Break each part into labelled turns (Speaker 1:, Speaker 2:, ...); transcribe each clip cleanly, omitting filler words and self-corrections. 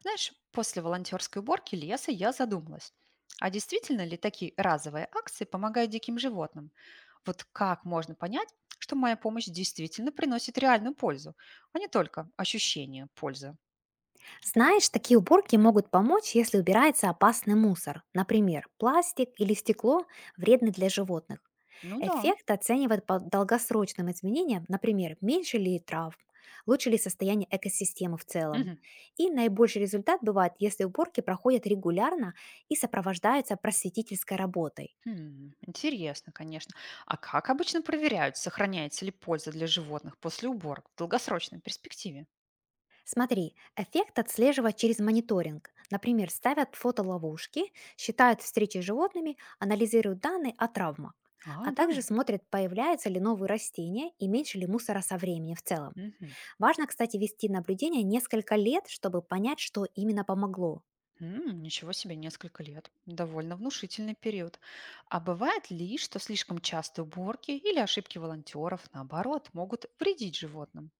Speaker 1: Знаешь, после волонтерской уборки леса я задумалась, а действительно ли такие разовые акции помогают диким животным? Вот как можно понять, что моя помощь действительно приносит реальную пользу, а не только ощущение пользы?
Speaker 2: Знаешь, такие уборки могут помочь, если убирается опасный мусор, например, пластик или стекло, вредный для животных.
Speaker 1: Ну да.
Speaker 2: Эффект оценивают по долгосрочным изменениям, например, меньше ли травм, лучше ли состояние экосистемы в целом.
Speaker 1: Мгм.
Speaker 2: И наибольший результат бывает, если уборки проходят регулярно и сопровождаются просветительской работой.
Speaker 1: Хм, интересно, конечно. А как обычно проверяют, сохраняется ли польза для животных после уборок в долгосрочной перспективе?
Speaker 2: Смотри, эффект отслеживать через мониторинг. Например, ставят фотоловушки, считают встречи с животными, анализируют данные о травмах,
Speaker 1: А,
Speaker 2: а
Speaker 1: да.
Speaker 2: также смотрят, появляются ли новые растения и меньше ли мусора со временем в целом.
Speaker 1: Мгм.
Speaker 2: Важно, кстати, вести наблюдение несколько лет, чтобы понять, что именно помогло.
Speaker 1: М, ничего себе, несколько лет. Довольно внушительный период. А бывает ли, что слишком частые уборки или ошибки волонтеров, наоборот, могут вредить животным?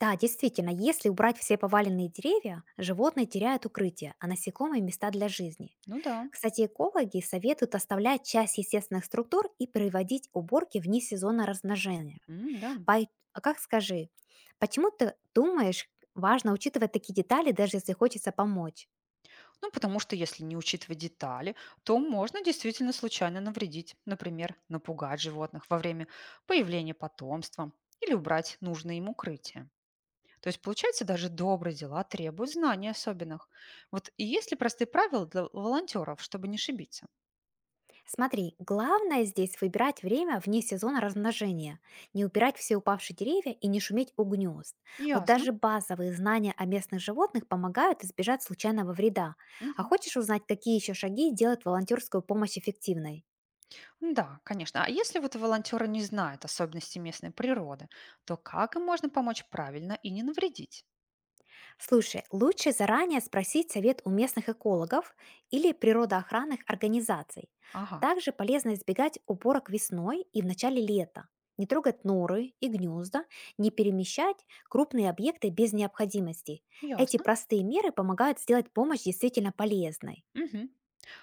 Speaker 2: Да, действительно, если убрать все поваленные деревья, животные теряют укрытие, а насекомые– места для жизни.
Speaker 1: Ну да,
Speaker 2: Кстати, экологи советуют оставлять часть естественных структур и приводить уборки вне сезона размножения.
Speaker 1: м, да.
Speaker 2: Пай, а как, скажи, почему ты думаешь, важно учитывать такие детали, даже если хочется помочь?
Speaker 1: Ну, потому что если не учитывать детали, то можно действительно случайно навредить. Например, напугать животных во время появления потомства или убрать нужное им укрытие. То есть, получается, даже добрые дела требуют знаний особенных. Вот и есть ли простые правила для волонтеров, чтобы не ошибиться?
Speaker 2: Смотри, главное здесь выбирать время вне сезона размножения, не убирать все упавшие деревья и не шуметь у гнезд. Вот
Speaker 1: Ясно.
Speaker 2: даже базовые знания о местных животных помогают избежать случайного вреда. А
Speaker 1: Мгм.
Speaker 2: хочешь узнать, какие еще шаги делают волонтерскую помощь эффективной?
Speaker 1: Да, конечно. А если вот волонтеры не знают особенности местной природы, то как им можно помочь правильно и не навредить?
Speaker 2: Слушай, лучше заранее спросить совет у местных экологов или природоохранных организаций.
Speaker 1: Ага,
Speaker 2: Также полезно избегать уборок весной и в начале лета. Не трогать норы и гнезда, не перемещать крупные объекты без необходимости. Эти
Speaker 1: ясно.
Speaker 2: простые меры помогают сделать помощь действительно полезной.
Speaker 1: Мгм.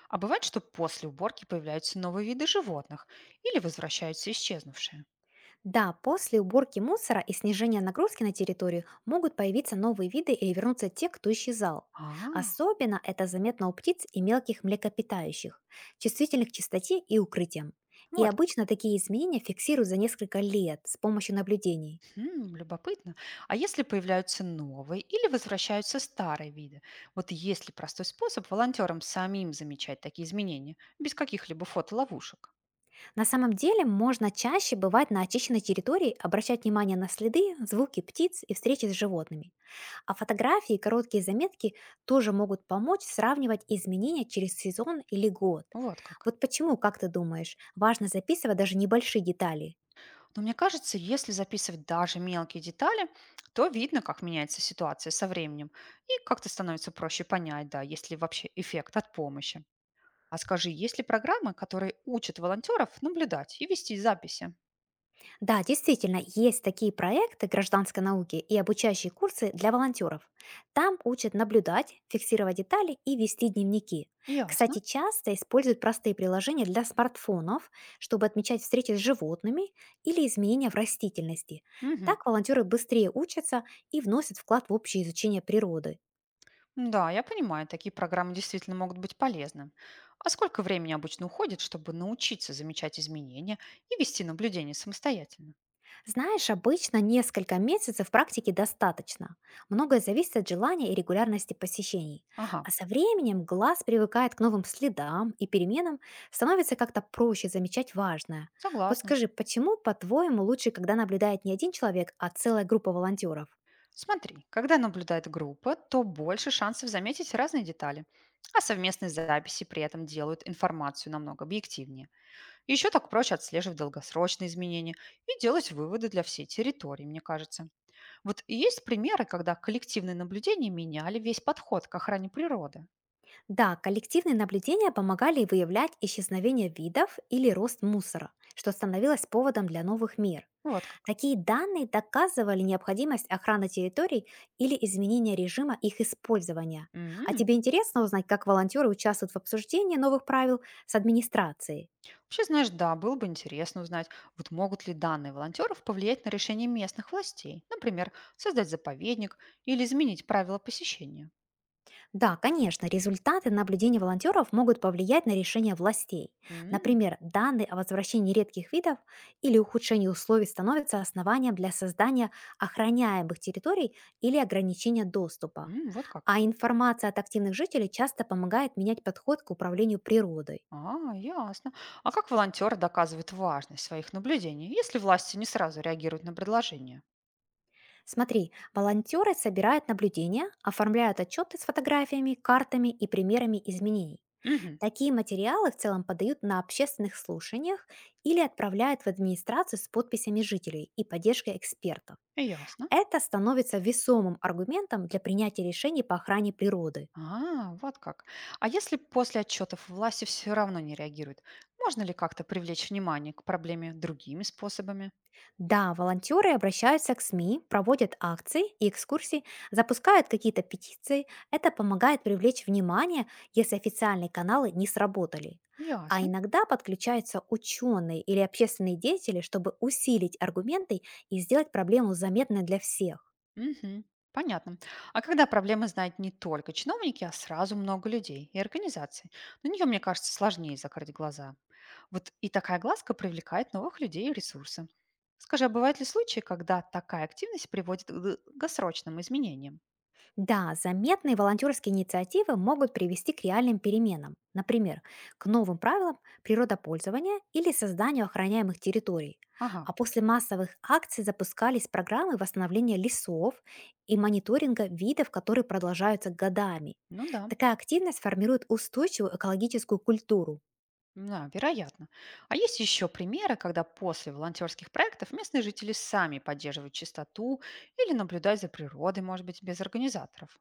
Speaker 1: А бывает, что после уборки появляются новые виды животных или возвращаются исчезнувшие?
Speaker 2: Да, после уборки мусора и снижения нагрузки на территорию могут появиться новые виды или вернуться те, кто исчезал.
Speaker 1: А,
Speaker 2: Особенно это заметно у птиц и мелких млекопитающих, чувствительных к чистоте и укрытиям. И
Speaker 1: вот как.
Speaker 2: обычно такие изменения фиксируют за несколько лет с помощью наблюдений.
Speaker 1: Хм, любопытно. А если появляются новые или возвращаются старые виды? Вот есть ли простой способ волонтерам самим замечать такие изменения без каких-либо фотоловушек?
Speaker 2: На самом деле можно чаще бывать на очищенной территории, обращать внимание на следы, звуки птиц и встречи с животными. А фотографии и короткие заметки тоже могут помочь сравнивать изменения через сезон или год.
Speaker 1: Вот как.
Speaker 2: Вот почему, как ты думаешь, важно записывать даже небольшие детали?
Speaker 1: Но мне кажется, если записывать даже мелкие детали, то видно, как меняется ситуация со временем, и как-то становится проще понять, да, есть ли вообще эффект от помощи. А скажи, есть ли программы, которые учат волонтеров наблюдать и вести записи?
Speaker 2: Да, действительно, есть такие проекты гражданской науки и обучающие курсы для волонтеров. Там учат наблюдать, фиксировать детали и вести дневники. Кстати,
Speaker 1: Ясно.
Speaker 2: часто используют простые приложения для смартфонов, чтобы отмечать встречи с животными или изменения в растительности.
Speaker 1: Мгм.
Speaker 2: Так волонтеры быстрее учатся и вносят вклад в общее изучение природы.
Speaker 1: Да, я понимаю, такие программы действительно могут быть полезны. А сколько времени обычно уходит, чтобы научиться замечать изменения и вести наблюдение самостоятельно?
Speaker 2: Знаешь, обычно несколько месяцев практики достаточно. Многое зависит от желания и регулярности посещений.
Speaker 1: Ага,
Speaker 2: А со временем глаз привыкает к новым следам и переменам, становится как-то проще замечать важное. Вот
Speaker 1: согласна.
Speaker 2: скажи, почему, по-твоему, лучше, когда наблюдает не один человек, а целая группа волонтеров?
Speaker 1: Смотри, когда наблюдает группа, то больше шансов заметить разные детали, а совместные записи при этом делают информацию намного объективнее. Еще так проще отслеживать долгосрочные изменения и делать выводы для всей территории, мне кажется. Вот и есть примеры, когда коллективные наблюдения меняли весь подход к охране природы.
Speaker 2: Да, коллективные наблюдения помогали выявлять исчезновение видов или рост мусора, что становилось поводом для новых мер.
Speaker 1: Вот как.
Speaker 2: Такие данные доказывали необходимость охраны территорий или изменения режима их использования. А
Speaker 1: М.
Speaker 2: тебе интересно узнать, как волонтеры участвуют в обсуждении новых правил с администрацией?
Speaker 1: Вообще, знаешь, да, было бы интересно узнать, вот могут ли данные волонтеров повлиять на решение местных властей, например, создать заповедник или изменить правила посещения.
Speaker 2: Да, конечно, результаты наблюдения волонтеров могут повлиять на решения властей.
Speaker 1: М,
Speaker 2: Например, данные о возвращении редких видов или ухудшении условий становятся основанием для создания охраняемых территорий или ограничения доступа.
Speaker 1: м, вот как.
Speaker 2: А информация от активных жителей часто помогает менять подход к управлению природой.
Speaker 1: А, ясно. А как волонтеры доказывают важность своих наблюдений, если власти не сразу реагируют на предложение?
Speaker 2: Смотри, волонтеры собирают наблюдения, оформляют отчеты с фотографиями, картами и примерами изменений.
Speaker 1: Угу,
Speaker 2: Такие материалы в целом подают на общественных слушаниях или отправляют в администрацию с подписями жителей и поддержкой экспертов.
Speaker 1: ясно.
Speaker 2: Это становится весомым аргументом для принятия решений по охране природы.
Speaker 1: А, вот как. А если после отчетов власти все равно не реагируют, можно ли как-то привлечь внимание к проблеме другими способами?
Speaker 2: Да, волонтеры обращаются к СМИ, проводят акции и экскурсии, запускают какие-то петиции. Это помогает привлечь внимание, если официальные каналы не сработали. А
Speaker 1: Ясно.
Speaker 2: иногда подключаются ученые или общественные деятели, чтобы усилить аргументы и сделать проблему заметной для всех.
Speaker 1: Мгм. Понятно. А когда проблемы знают не только чиновники, а сразу много людей и организаций, на нее, мне кажется, сложнее закрыть глаза. Вот и такая глазка привлекает новых людей и ресурсы. Скажи, а бывают ли случаи, когда такая активность приводит к долгосрочным изменениям?
Speaker 2: Да, заметные волонтерские инициативы могут привести к реальным переменам, например, к новым правилам природопользования или созданию охраняемых территорий.
Speaker 1: Ага,
Speaker 2: А после массовых акций запускались программы восстановления лесов и мониторинга видов, которые продолжаются годами.
Speaker 1: ну да,
Speaker 2: Такая активность формирует устойчивую экологическую культуру.
Speaker 1: да, вероятно. А есть еще примеры, когда после волонтерских проектов местные жители сами поддерживают чистоту или наблюдают за природой, может быть, без организаторов?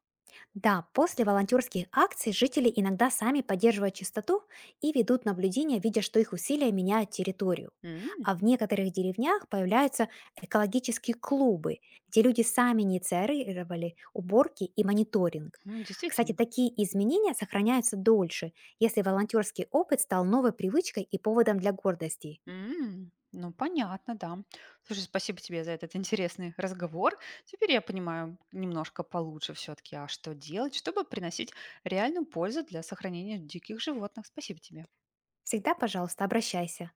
Speaker 2: Да, после волонтерских акций жители иногда сами поддерживают чистоту и ведут наблюдения, видя, что их усилия меняют территорию.
Speaker 1: М,
Speaker 2: А в некоторых деревнях появляются экологические клубы, где люди сами инициировали уборки и мониторинг.
Speaker 1: м,
Speaker 2: Кстати,
Speaker 1: действительно.
Speaker 2: такие изменения сохраняются дольше, если волонтерский опыт стал новой привычкой и поводом для гордости.
Speaker 1: М, ну, понятно, да. Слушай, спасибо тебе за этот интересный разговор. Теперь я понимаю немножко получше все-таки, а что делать, чтобы приносить реальную пользу для сохранения диких животных. Спасибо тебе.
Speaker 2: Всегда, пожалуйста, обращайся.